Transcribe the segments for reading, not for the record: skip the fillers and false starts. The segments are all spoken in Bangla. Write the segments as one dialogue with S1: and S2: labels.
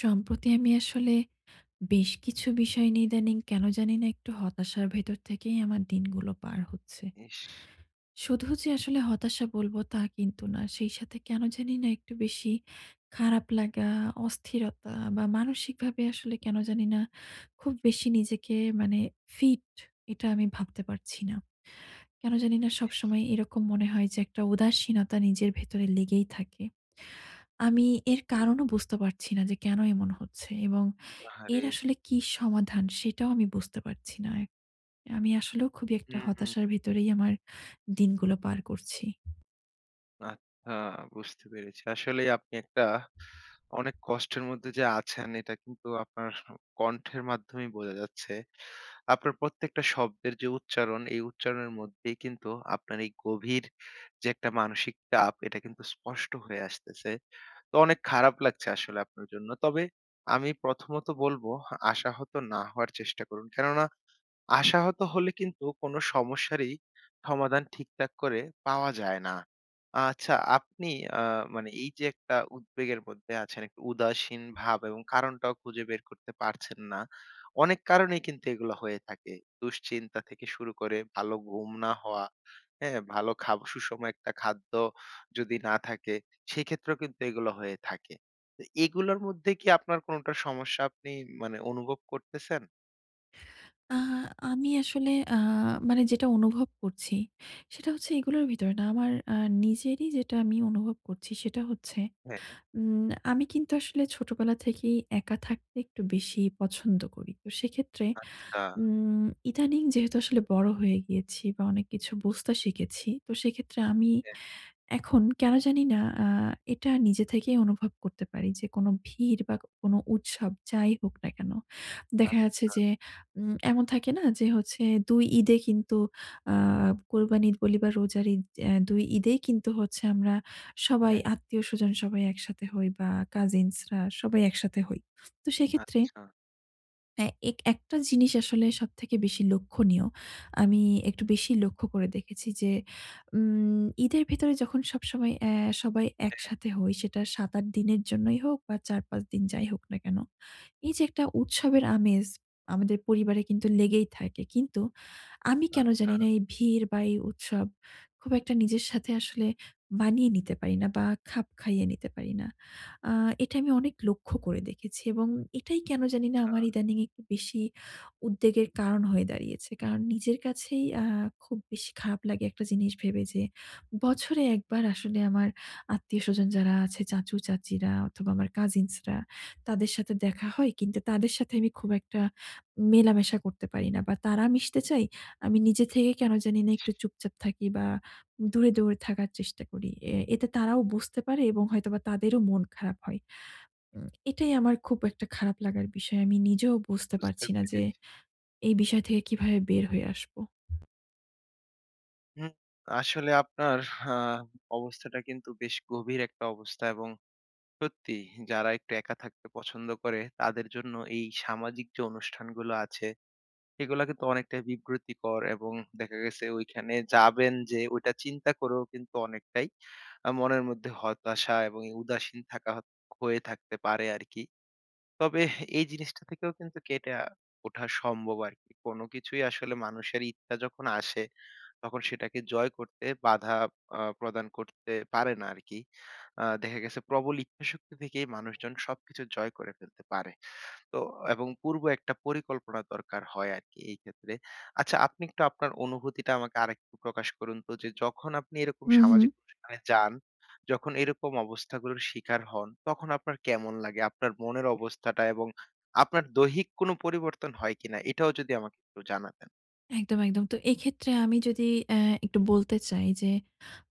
S1: সম্প্রতি আমি আসলে বেশ কিছু বিষয় নিয়ে ইদানিং কেন জানি না একটু হতাশার ভেতর থেকেই আমার দিনগুলো পার হচ্ছে।
S2: ইস!
S1: শুধু যে আসলে হতাশা বলবো তা কিন্তু না। সেই সাথে কেন জানি না একটু বেশি খারাপ লাগা, অস্থিরতা, বা মানসিকভাবে আসলে কেন জানি না খুব বেশি নিজেকে মানে ফিট এটা আমি ভাবতে পারছি না। কেন জানি না সবসময় এরকম মনে হয় যে একটা উদাসীনতা নিজের ভেতরে লেগেই থাকে। আমি এর কারণও বুঝতে পারছি না যে কেন এমন হচ্ছে, এবং এর
S2: আহারে!
S1: আসলে কি সমাধান সেটাও আমি বুঝতে পারছি না। আমি আসলেও খুবই একটা
S2: হুম, হুম।
S1: হতাশার ভেতরেই আমার দিনগুলো পার করছি।
S2: আচ্ছা, বুঝতে পেরেছি। আসলেই আপনি একটা অনেক কষ্টের মধ্যে যে আছেন এটা কিন্তু আপনার কণ্ঠের মাধ্যমেই বোঝা যাচ্ছে। আপনার প্রত্যেকটা শব্দের যে উচ্চারণ, এই উচ্চারণের মধ্যেই কিন্তু আপনার এই গভীর যে একটা মানসিক চাপ এটা কিন্তু স্পষ্ট হয়ে আসতেছে। তো অনেক খারাপ লাগছে আসলে আপনার জন্য। তবে আমি প্রথমত বলব, আশাহত না হওয়ার চেষ্টা করুন। কেননা আশাহত হলে কিন্তু কোনো সমস্যারই সমাধান ঠিকঠাক করে পাওয়া যায় না। আচ্ছা, আপনি আ মানে এই যে একটা উদ্বেগের মধ্যে আছেন, একটা উদাসীন ভাব এবং কারণটাও খুঁজে বের করতে পারছেন না। অনেক কারণেই কিন্তু এগুলো হয়ে থাকে। দুশ্চিন্তা থেকে শুরু করে ভালো ঘুম না হওয়া, হ্যাঁ? ভালো খাব সুষম একটা খাদ্য যদি না থাকে, সেক্ষেত্রেও কিন্তু এগুলো হয়ে থাকে। তো এগুলোর মধ্যে কি আপনার কোনটার সমস্যা আপনি মানে অনুভব করতেছেন?
S1: আ আমি আসলে মানে যেটা অনুভব করছি সেটা হচ্ছে, এগুলোর ভিতরে না, আমার নিজেরই যেটা আমি অনুভব করছি সেটা হচ্ছে,
S2: হ্যাঁ।
S1: আমি কিন্তু আসলে ছোটবেলা থেকেই একা থাকতে একটু বেশি পছন্দ করি। তো সেক্ষেত্রে
S2: আচ্ছা।
S1: ইদানিং যেহেতু আসলে বড় হয়ে গিয়েছি বা অনেক কিছু বুঝতে শিখেছি। তো সেক্ষেত্রে আমি
S2: হ্যাঁ,
S1: এখন কেন জানি না এটা নিজে থেকেই অনুভব করতে পারি যে কোনো ভিড় বা কোনো উৎসব যাই হোক না কেন, দেখা যাচ্ছে
S2: আচ্ছা,
S1: যে এমন থাকে না। যে হচ্ছে, ২ ঈদে কিন্তু, আ কোরবানি ঈদ বলি বা রোজার ঈদ, ২ ঈদেই কিন্তু হচ্ছে আমরা সবাই,
S2: হ্যাঁ,
S1: আত্মীয়স্বজন সবাই একসাথে হই, বা কাজিনসরা সবাই একসাথে হই। তো সেক্ষেত্রে
S2: আচ্ছা,
S1: হ্যাঁ, এক একটা জিনিস আসলে সবথেকে বেশি লক্ষণীয়। আমি একটু বেশি লক্ষ্য করে দেখেছি যে, ঈদের ভেতরে যখন সবসময় সবাই
S2: হ্যাঁ,
S1: একসাথে হই, সেটা ৭-৮ দিনের জন্যই হোক বা ৪-৫ দিন যাই হোক না কেন, এই যে একটা উৎসবের আমেজ আমাদের পরিবারে কিন্তু লেগেই থাকে। কিন্তু আমি কেন
S2: আচ্ছা,
S1: জানি না এই ভিড় বা এই উৎসব খুব একটা নিজের সাথে আসলে মানিয়ে নিতে পারি না বা খাপ খাইয়ে নিতে পারি না। আ এটা আমি অনেক লক্ষ্য করে দেখেছি, এবং এটাই কেন জানি না আমার ইদানিং একটু বেশি উদ্বেগের কারণ হয়ে দাঁড়িয়েছে। কারণ নিজের কাছেই খুব বেশি খারাপ লাগে একটা জিনিস ভেবে, যে বছরে একবার আসলে আমার আত্মীয়স্বজন যারা আছে, চাচু-চাচীরা অথবা আমার কাজিনসরা, তাদের সাথে দেখা হয়। কিন্তু তাদের সাথে আমি খুব একটা মেলামেশা করতে পারি না। বা তারা মিশতে চায়, আমি নিজে থেকে কেন জানি না একটু চুপচাপ থাকি বা দূরে, দূরে থাকার চেষ্টা করি। এতে তারাও বুঝতে পারে, এবং হয়তোবা তাদেরও মন খারাপ হয়। এটাই আমার খুব একটা খারাপ লাগার বিষয়। আমি নিজেও বুঝতে
S2: বুঝতে
S1: পারছি না যে
S2: পেরেছি।
S1: এই বিষয় থেকে কিভাবে বের হয়ে আসবো।
S2: হুম, আসলে আপনার আ অবস্থাটা কিন্তু বেশ গভীর একটা অবস্থা এবং সত্যি যারা একটু একা থাকতে পছন্দ করে তাদের জন্য এই সামাজিক যে অনুষ্ঠানগুলো আছে এগুলা কিন্তু অনেকটাই বিব্রতিকর, এবং দেখা গেছে ওইখানে যাবেন যে ওইটা চিন্তা করেও কিন্তু অনেকটাই মনের মধ্যে হতাশা এবং উদাসীন থাকা হয়ে থাকতে পারে আরকি। তবে এই জিনিসটা থেকেও কিন্তু কেটে ওঠা সম্ভব আরকি। কোন কিছুই আসলে মানুষের ইচ্ছা যখন আসে, তখন সেটাকে জয় করতে বাধা প্রদান করতে পারে না আরকি। দেখা গেছে প্রবল ইচ্ছাশক্তি থেকেই মানুষজন সবকিছু জয় করে ফেলতে পারে। তো এবং পূর্ব একটা পরিকল্পনা দরকার হয় আরকি এই ক্ষেত্রে। আচ্ছা, আপনি একটু আপনার অনুভূতিটা আমাকে আরেকটু প্রকাশ করুন তো যে যখন আপনি এরকম
S1: হুম, হুম।
S2: সামাজিক অনুষ্ঠানে যান, যখন এরকম অবস্থাগুলোর শিকার হন, তখন আপনার কেমন লাগে? আপনার মনের অবস্থাটা এবং আপনার দৈহিক কোনো পরিবর্তন হয় কিনা? এটাও যদি আমাকে একটু জানাতেন।
S1: একদম, একদম। তো এক্ষেত্রে আমি যদি একটু বলতে চাই যে,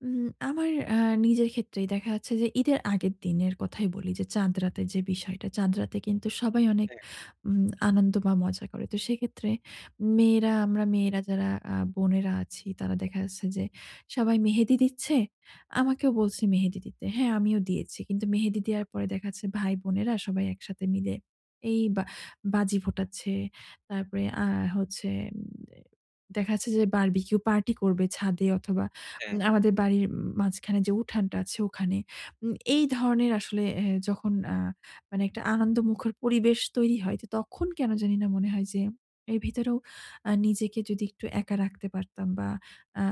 S1: আমার নিজের ক্ষেত্রেই দেখা যাচ্ছে যে ঈদের আগের দিনের কথাই বলি। যে চাঁদ রাতের যে বিষয়টা, চাঁদ রাতে কিন্তু সবাই অনেক
S2: হ্যাঁ,
S1: আনন্দ বা মজা করে। তো সেক্ষেত্রে মেয়েরা, আমরা মেয়েরা যারা বোনেরা আছি, তারা, দেখা যাচ্ছে যে সবাই মেহেদি দিচ্ছে। আমাকেও বলছে মেহেদি দিতে। হ্যাঁ, আমিও দিয়েছি। কিন্তু মেহেদি দেওয়ার পরে দেখা যাচ্ছে ভাই বোনেরা সবাই একসাথে মিলে এই বা বাজি ফোটাচ্ছে। তারপরে আ হচ্ছে দেখা যাচ্ছে যে বারবিকিউ পার্টি করবে ছাদে, অথবা
S2: হ্যাঁ।
S1: আমাদের বাড়ির মাঝখানে যে উঠানটা আছে ওখানে। এই ধরনের আসলে যখন মানে একটা আনন্দমুখর পরিবেশ তৈরি হয়, তো তখন কেন জানি না মনে হয় যে এর ভিতরেও নিজেকে যদি একটু একা রাখতে পারতাম, বা আ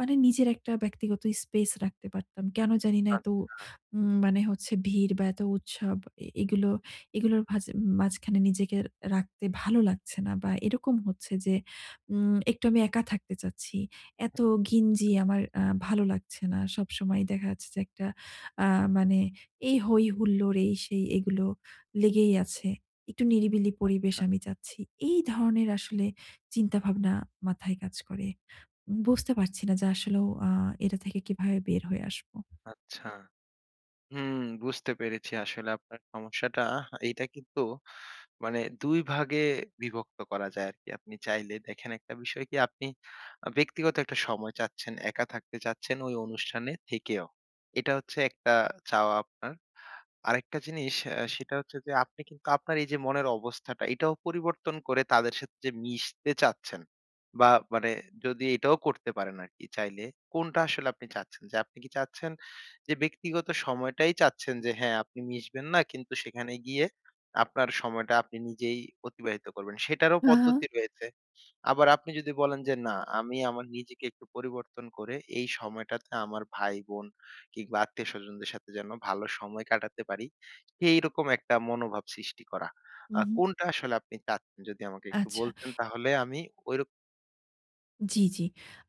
S1: মানে নিজের একটা ব্যক্তিগত স্পেস রাখতে পারতাম। কেন জানি না
S2: আচ্ছা,
S1: এত
S2: আচ্ছা।
S1: মানে হচ্ছে ভিড় বা এত উৎসব, এ এগুলো এগুলোর ভাজ মাঝখানে নিজেকে রাখতে ভালো লাগছে না। বা এরকম হচ্ছে যে একটু আমি একা থাকতে চাচ্ছি। এত ঘিঞ্জি আমার ভালো লাগছে না। সবসময় দেখা যাচ্ছে যে একটা আ মানে এই হই-হুল্লোড়, এই সেই, এগুলো লেগেই আছে। একটু নিরিবিলি পরিবেশ আমি চাচ্ছি। এই ধরনের আসলে চিন্তাভাবনা মাথায় কাজ করে। বুঝতে পারছি না যে আসলেও এটা থেকে কিভাবে বের হয়ে আসবো?
S2: আচ্ছা। হুম, বুঝতে পেরেছি আসলে আপনার সমস্যাটা। এইটা কিন্তু মানে ২ ভাগে বিভক্ত করা যায় আরকি। আপনি চাইলে দেখেন একটা বিষয় কি, আপনি ব্যক্তিগত একটা সময় চাচ্ছেন, একা থাকতে চাচ্ছেন ওই অনুষ্ঠানে থেকেও। এটা হচ্ছে একটা চাওয়া আপনার। আরেকটা জিনিস, সেটা হচ্ছে যে আপনি কিন্তু আপনার এই যে মনের অবস্থাটা এটাও পরিবর্তন করে তাদের সাথে যে মিশতে চাচ্ছেন বা মানে যদি এটাও করতে পারেন আরকি চাইলে, কোনটা আসলে আপনি চাচ্ছেন? যে আপনি কি চাচ্ছেন, যে ব্যক্তিগত সময়টাই চাচ্ছেন যে হ্যাঁ, আপনি মিশবেন না কিন্তু সেখানে গিয়ে আপনার সময়টা আপনি নিজেই অতিবাহিত করবেন। সেটারও
S1: হ্যাঁ, হ্যাঁ।
S2: পদ্ধতি রয়েছে। আবার আপনি যদি বলেন যে না, আমি আমার নিজেকে একটু পরিবর্তন করে এই সময়টাতে আমার ভাই-বোন কিংবা আত্মীয়স্বজনদের সাথে যেন ভালো সময় কাটাতে পারি, সেইরকম একটা মনোভাব সৃষ্টি করা।
S1: উহু।
S2: কোনটা আসলে আপনি চাচ্ছেন? যদি আমাকে একটু
S1: আচ্ছা।
S2: বলতেন তাহলে আমি ঐরকম
S1: জি, জি।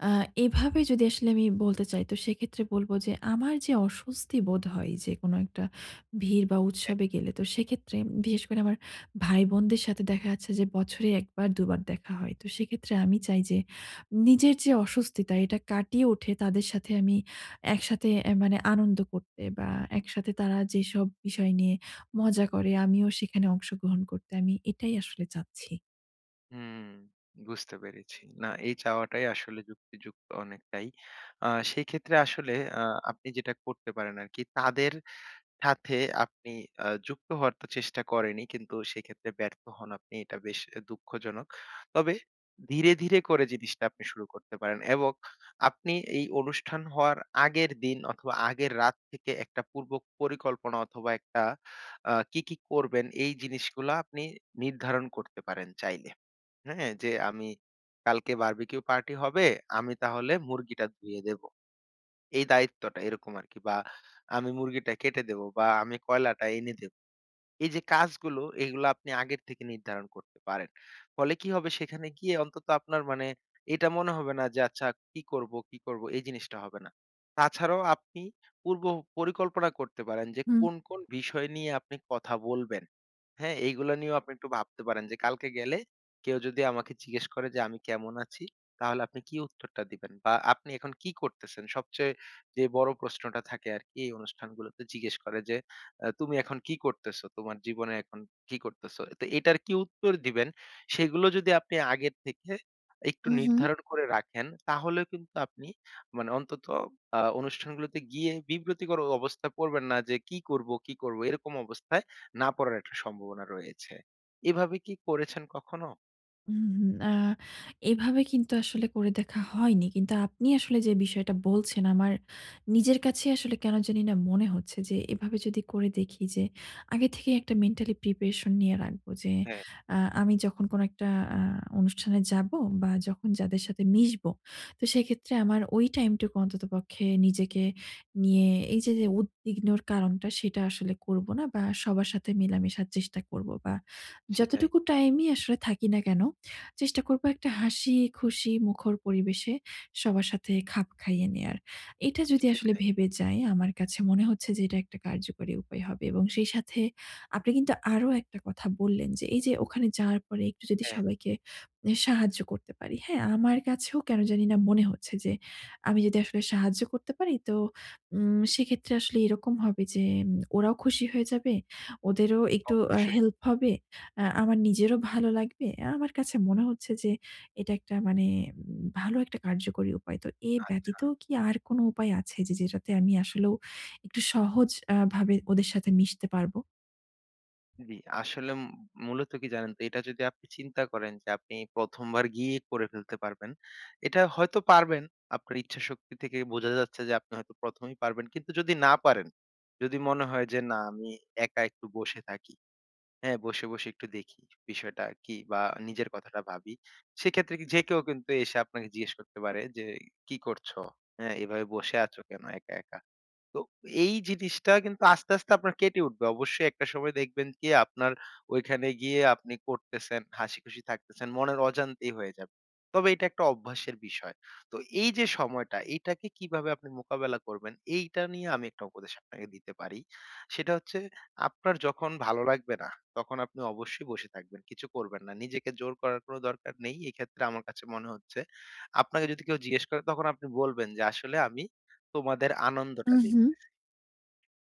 S1: আ এভাবে যদি আসলে আমি বলতে চাই, তো সেক্ষেত্রে বলব যে আমার যে অস্বস্তি বোধ হয় যে কোনো একটা ভিড় বা
S2: হ্যাঁ,
S1: উৎসবে গেলে, তো সেক্ষেত্রে বিশেষ করে আমার ভাই-বোনদের সাথে দেখা যাচ্ছে যে বছরে ১ বার ২ বার দেখা হয়। তো সেক্ষেত্রে আমি চাই যে নিজের যে অস্বস্তিটা এটা কাটিয়ে উঠে তাদের সাথে আমি একসাথে মানে আনন্দ করতে, বা একসাথে তারা যেসব বিষয় নিয়ে মজা করে আমিও সেখানে অংশগ্রহণ করতে, আমি এটাই আসলে চাচ্ছি।
S2: হুম, বুঝতে পেরেছি। না, এই চাওয়াটাই আসলে যুক্তিযুক্ত অনেকটাই। সেক্ষেত্রে আসলে আ আপনি যেটা করতে পারেন আরকি তাদের সাথে আপনি যুক্ত হওয়ার তো চেষ্টা করেনই, কিন্তু সেক্ষেত্রে ব্যর্থ হন আপনি। এটা বেশ দুঃখজনক। তবে ধীরে, ধীরে করে জিনিসটা আপনি শুরু করতে পারেন, এবং আপনি এই অনুষ্ঠান হওয়ার আগের দিন অথবা আগের রাত থেকে একটা পূর্ব পরিকল্পনা অথবা একটা কি, কি করবেন এই জিনিসগুলা আপনি নির্ধারণ করতে পারেন চাইলে। হ্যাঁ? যে আমি কালকে বারবিকিউ পার্টি হবে, আমি তাহলে মুরগিটা ধুয়ে দেব। এই দায়িত্বটা এরকম আরকি, বা আমি মুরগিটা কেটে দেব বা আমি কয়লাটা এনে দেব। এই যে কাজগুলো, এগুলো আপনি আগের থেকে নির্ধারণ করতে পারেন। ফলে কি হবে, সেখানে গিয়ে অন্তত আপনার মানে এটা মনে হবে না যে আচ্ছা কি করব, কি করব এই জিনিসটা হবে না। তাছাড়াও আপনি পূর্ব পরিকল্পনা করতে পারেন যে
S1: হুম,
S2: কোন, কোন বিষয় নিয়ে আপনি কথা বলবেন। হ্যাঁ, এইগুলা নিয়েও আপনি একটু ভাবতে পারেন যে কালকে গেলে কেউ যদি আমাকে জিজ্ঞেস করে যে আমি কেমন আছি? তাহলে আপনি কি উত্তরটা দিবেন? বা আপনি এখন কি করতেছেন? সবচেয়ে যে বড় প্রশ্নটা থাকে আরকি এই অনুষ্ঠানগুলোতে জিজ্ঞেস করে যে, "তুমি এখন কি করতেছো? তোমার জীবনে এখন কি করতেছো?" তো এটার কি উত্তর দিবেন? সেগুলো যদি আপনি আগের থেকে একটু
S1: হু, হু।
S2: নির্ধারণ করে রাখেন, তাহলেও কিন্তু আপনি মানে অন্তত অনুষ্ঠানগুলোতে গিয়ে বিব্রতিকর অবস্থায় পড়বেন না যে, "কি করব, কি করব?" এরকম অবস্থায় না পড়ার একটা সম্ভাবনা রয়েছে। এভাবে কি করেছেন কখনো?
S1: হুম, এভাবে কিন্তু আসলে করে দেখা হয়নি। কিন্তু আপনি আসলে যে বিষয়টা বলছেন, আমার নিজের কাছে আসলে কেন জানি না মনে হচ্ছে যে এভাবে যদি করে দেখি, যে আগে থেকেই একটা মেন্টালি প্রিপারেশন নিয়ে রাখবো, যে
S2: হ্যাঁ,
S1: আমি যখন কোনো একটা আ অনুষ্ঠানে যাবো বা যখন যাদের সাথে মিশবো, তো সেক্ষেত্রে আমার ওই টাইমটুকু অন্ততপক্ষে নিজেকে নিয়ে এই যে, উদ্বিগ্নর কারণটা সেটা আসলে করব না, বা সবার সাথে মেলামেশার চেষ্টা করব, বা
S2: সেটাই,
S1: যতটুকু টাইমই আসলে থাকি না কেন চেষ্টা করবো একটা হাসি-খুশি মুখর পরিবেশে সবার সাথে খাপ খাইয়ে নেয়ার। এটা যদি আসলে
S2: সেটাই।
S1: ভেবে যাই, আমার কাছে মনে হচ্ছে যে এটা একটা কার্যকরী উপায় হবে, এবং সেই সাথে আপনি কিন্তু আরো একটা কথা বললেন, যে এই যে ওখানে যাওয়ার পরে একটু যদি
S2: হ্যাঁ,
S1: সবাইকে সাহায্য করতে পারি, হ্যাঁ? আমার কাছেও কেন জানি না মনে হচ্ছে যে, আমি যদি আসলে সাহায্য করতে পারি, তো সেক্ষেত্রে আসলে এরকম হবে যে, ওরাও খুশি হয়ে যাবে, ওদেরও একটু
S2: অবশ্যই।
S1: হেল্প হবে, আমার নিজেরও ভালো লাগবে। আমার কাছে মনে হচ্ছে যে এটা একটা মানে ভালো একটা কার্যকরী উপায়। তো এ
S2: আচ্ছা।
S1: ব্যতীতও কি আর কোনো উপায় আছে যে যেটাতে আমি আসলেও একটু সহজ ভাবে ওদের সাথে মিশতে পারবো?
S2: জি, আসলে মূলত কি জানেন তো, এটা যদি আপনি চিন্তা করেন যে আপনি ১ম বার গিয়ে করে ফেলতে পারবেন। এটা হয়তো পারবেন। আপনার ইচ্ছাশক্তি থেকে বোঝা যাচ্ছে যে আপনি হয়তো ১ম এই পারবেন। কিন্তু যদি না পারেন, যদি মনে হয় যে না আমি একা একটু বসে থাকি, হ্যাঁ, বসে, বসে একটু দেখি বিষয়টা কি বা নিজের কথাটা ভাবি। সেক্ষেত্রে কি যে কেউ কিন্তু এসে আপনাকে জিজ্ঞেস করতে পারে যে, "কি করছো? হ্যাঁ, এভাবে বসে আছো কেন একা, একা?" তো এই জিনিসটা কিন্তু আস্তে, আস্তে আপনার কেটে উঠবে। অবশ্যই একটা সময় দেখবেন কি আপনার ওইখানে গিয়ে আপনি করতেছেন, হাসিখুশি থাকতেছেন, মনের অজান্তেই হয়ে যাবে। তবে এটা একটা অভ্যাসের বিষয়। তো এই যে সময়টা, এটাকে কিভাবে আপনি মোকাবেলা করবেন, এইটা নিয়ে আমি একটা উপদেশ আপনাকে দিতে পারি। সেটা হচ্ছে, আপনার যখন ভালো লাগবে না, তখন আপনি অবশ্যই বসে থাকবেন। কিছু করবেন না। নিজেকে জোর করার কোনো দরকার নেই। এক্ষেত্রে আমার কাছে মনে হচ্ছে, আপনাকে যদি কেউ জিজ্ঞেস করে তখন আপনি বলবেন যে, "আসলে আমি তোমাদের আনন্দটা
S1: উহু,
S2: দেখি।"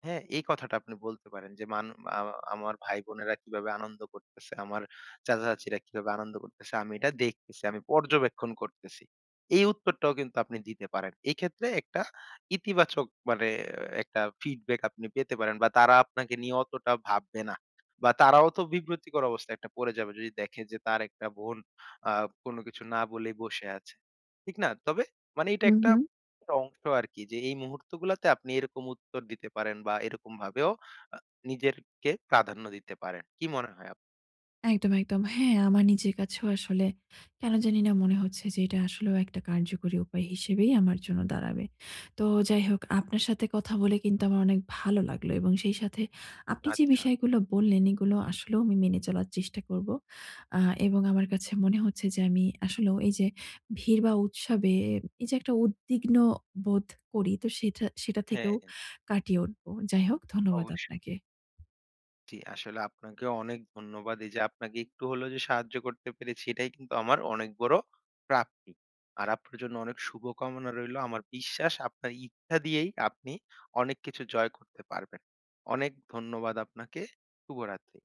S2: হ্যাঁ, এই কথাটা আপনি বলতে পারেন যে মান আ আমার ভাই-বোনেরা কিভাবে আনন্দ করতেছে, আমার চাচা-চাচীরা কিভাবে আনন্দ করতেছে, আমি এটা দেখতেছি, আমি পর্যবেক্ষণ করতেছি। এই উত্তরটাও কিন্তু আপনি দিতে পারেন। এই ক্ষেত্রে একটা ইতিবাচক মানে একটা ফিডব্যাক আপনি পেতে পারেন বা তারা আপনাকে নিয়ে অতটা ভাববে না। বা তারাও তো বিব্রতিকর অবস্থায় একটা পড়ে যাবে যদি দেখে যে তার একটা বোন আ কোনো কিছু না বলেই বসে আছে। ঠিক না? তবে মানে এটা
S1: হু,
S2: একটা
S1: হু।
S2: একটা অংশ আরকি যে এই মুহূর্তগুলাতে আপনি এরকম উত্তর দিতে পারেন বা এরকম ভাবেও আ নিজেরকে প্রাধান্য দিতে পারেন। কি মনে হয় আপ
S1: একদম, একদম। হ্যাঁ, আমার নিজের কাছেও আসলে কেন জানি না মনে হচ্ছে যে এটা আসলেও একটা কার্যকরী উপায় হিসেবেই আমার জন্য দাঁড়াবে। তো যাই হোক, আপনার সাথে কথা বলে কিন্তু আমার অনেক ভালো লাগলো, এবং সেই সাথে আপনি যে
S2: আচ্ছা।
S1: বিষয়গুলো বললেন এগুলো আসলেও আমি মেনে চলার চেষ্টা করব। আ এবং আমার কাছে মনে হচ্ছে যে আমি আসলেও এই যে ভিড় বা উৎসবে, এই যে একটা উদ্বিগ্ন বোধ করি, তো সেটা সেটা থেকেও
S2: হ্যাঁ,
S1: কাটিয়ে উঠবো। যাই হোক, ধন্যবাদ
S2: অবশ্যই।
S1: আপনাকে।
S2: জি, আসলে আপনাকেও অনেক ধন্যবাদ। এই যে আপনাকে একটু হলেও যে সাহায্য করতে পেরেছি, এটাই কিন্তু আমার অনেক বড় প্রাপ্তি। আর আপনার জন্য অনেক শুভকামনা রইলো। আমার বিশ্বাস, আপনার ইচ্ছা দিয়েই আপনি অনেক কিছু জয় করতে পারবেন। অনেক ধন্যবাদ আপনাকে। শুভরাত্রি।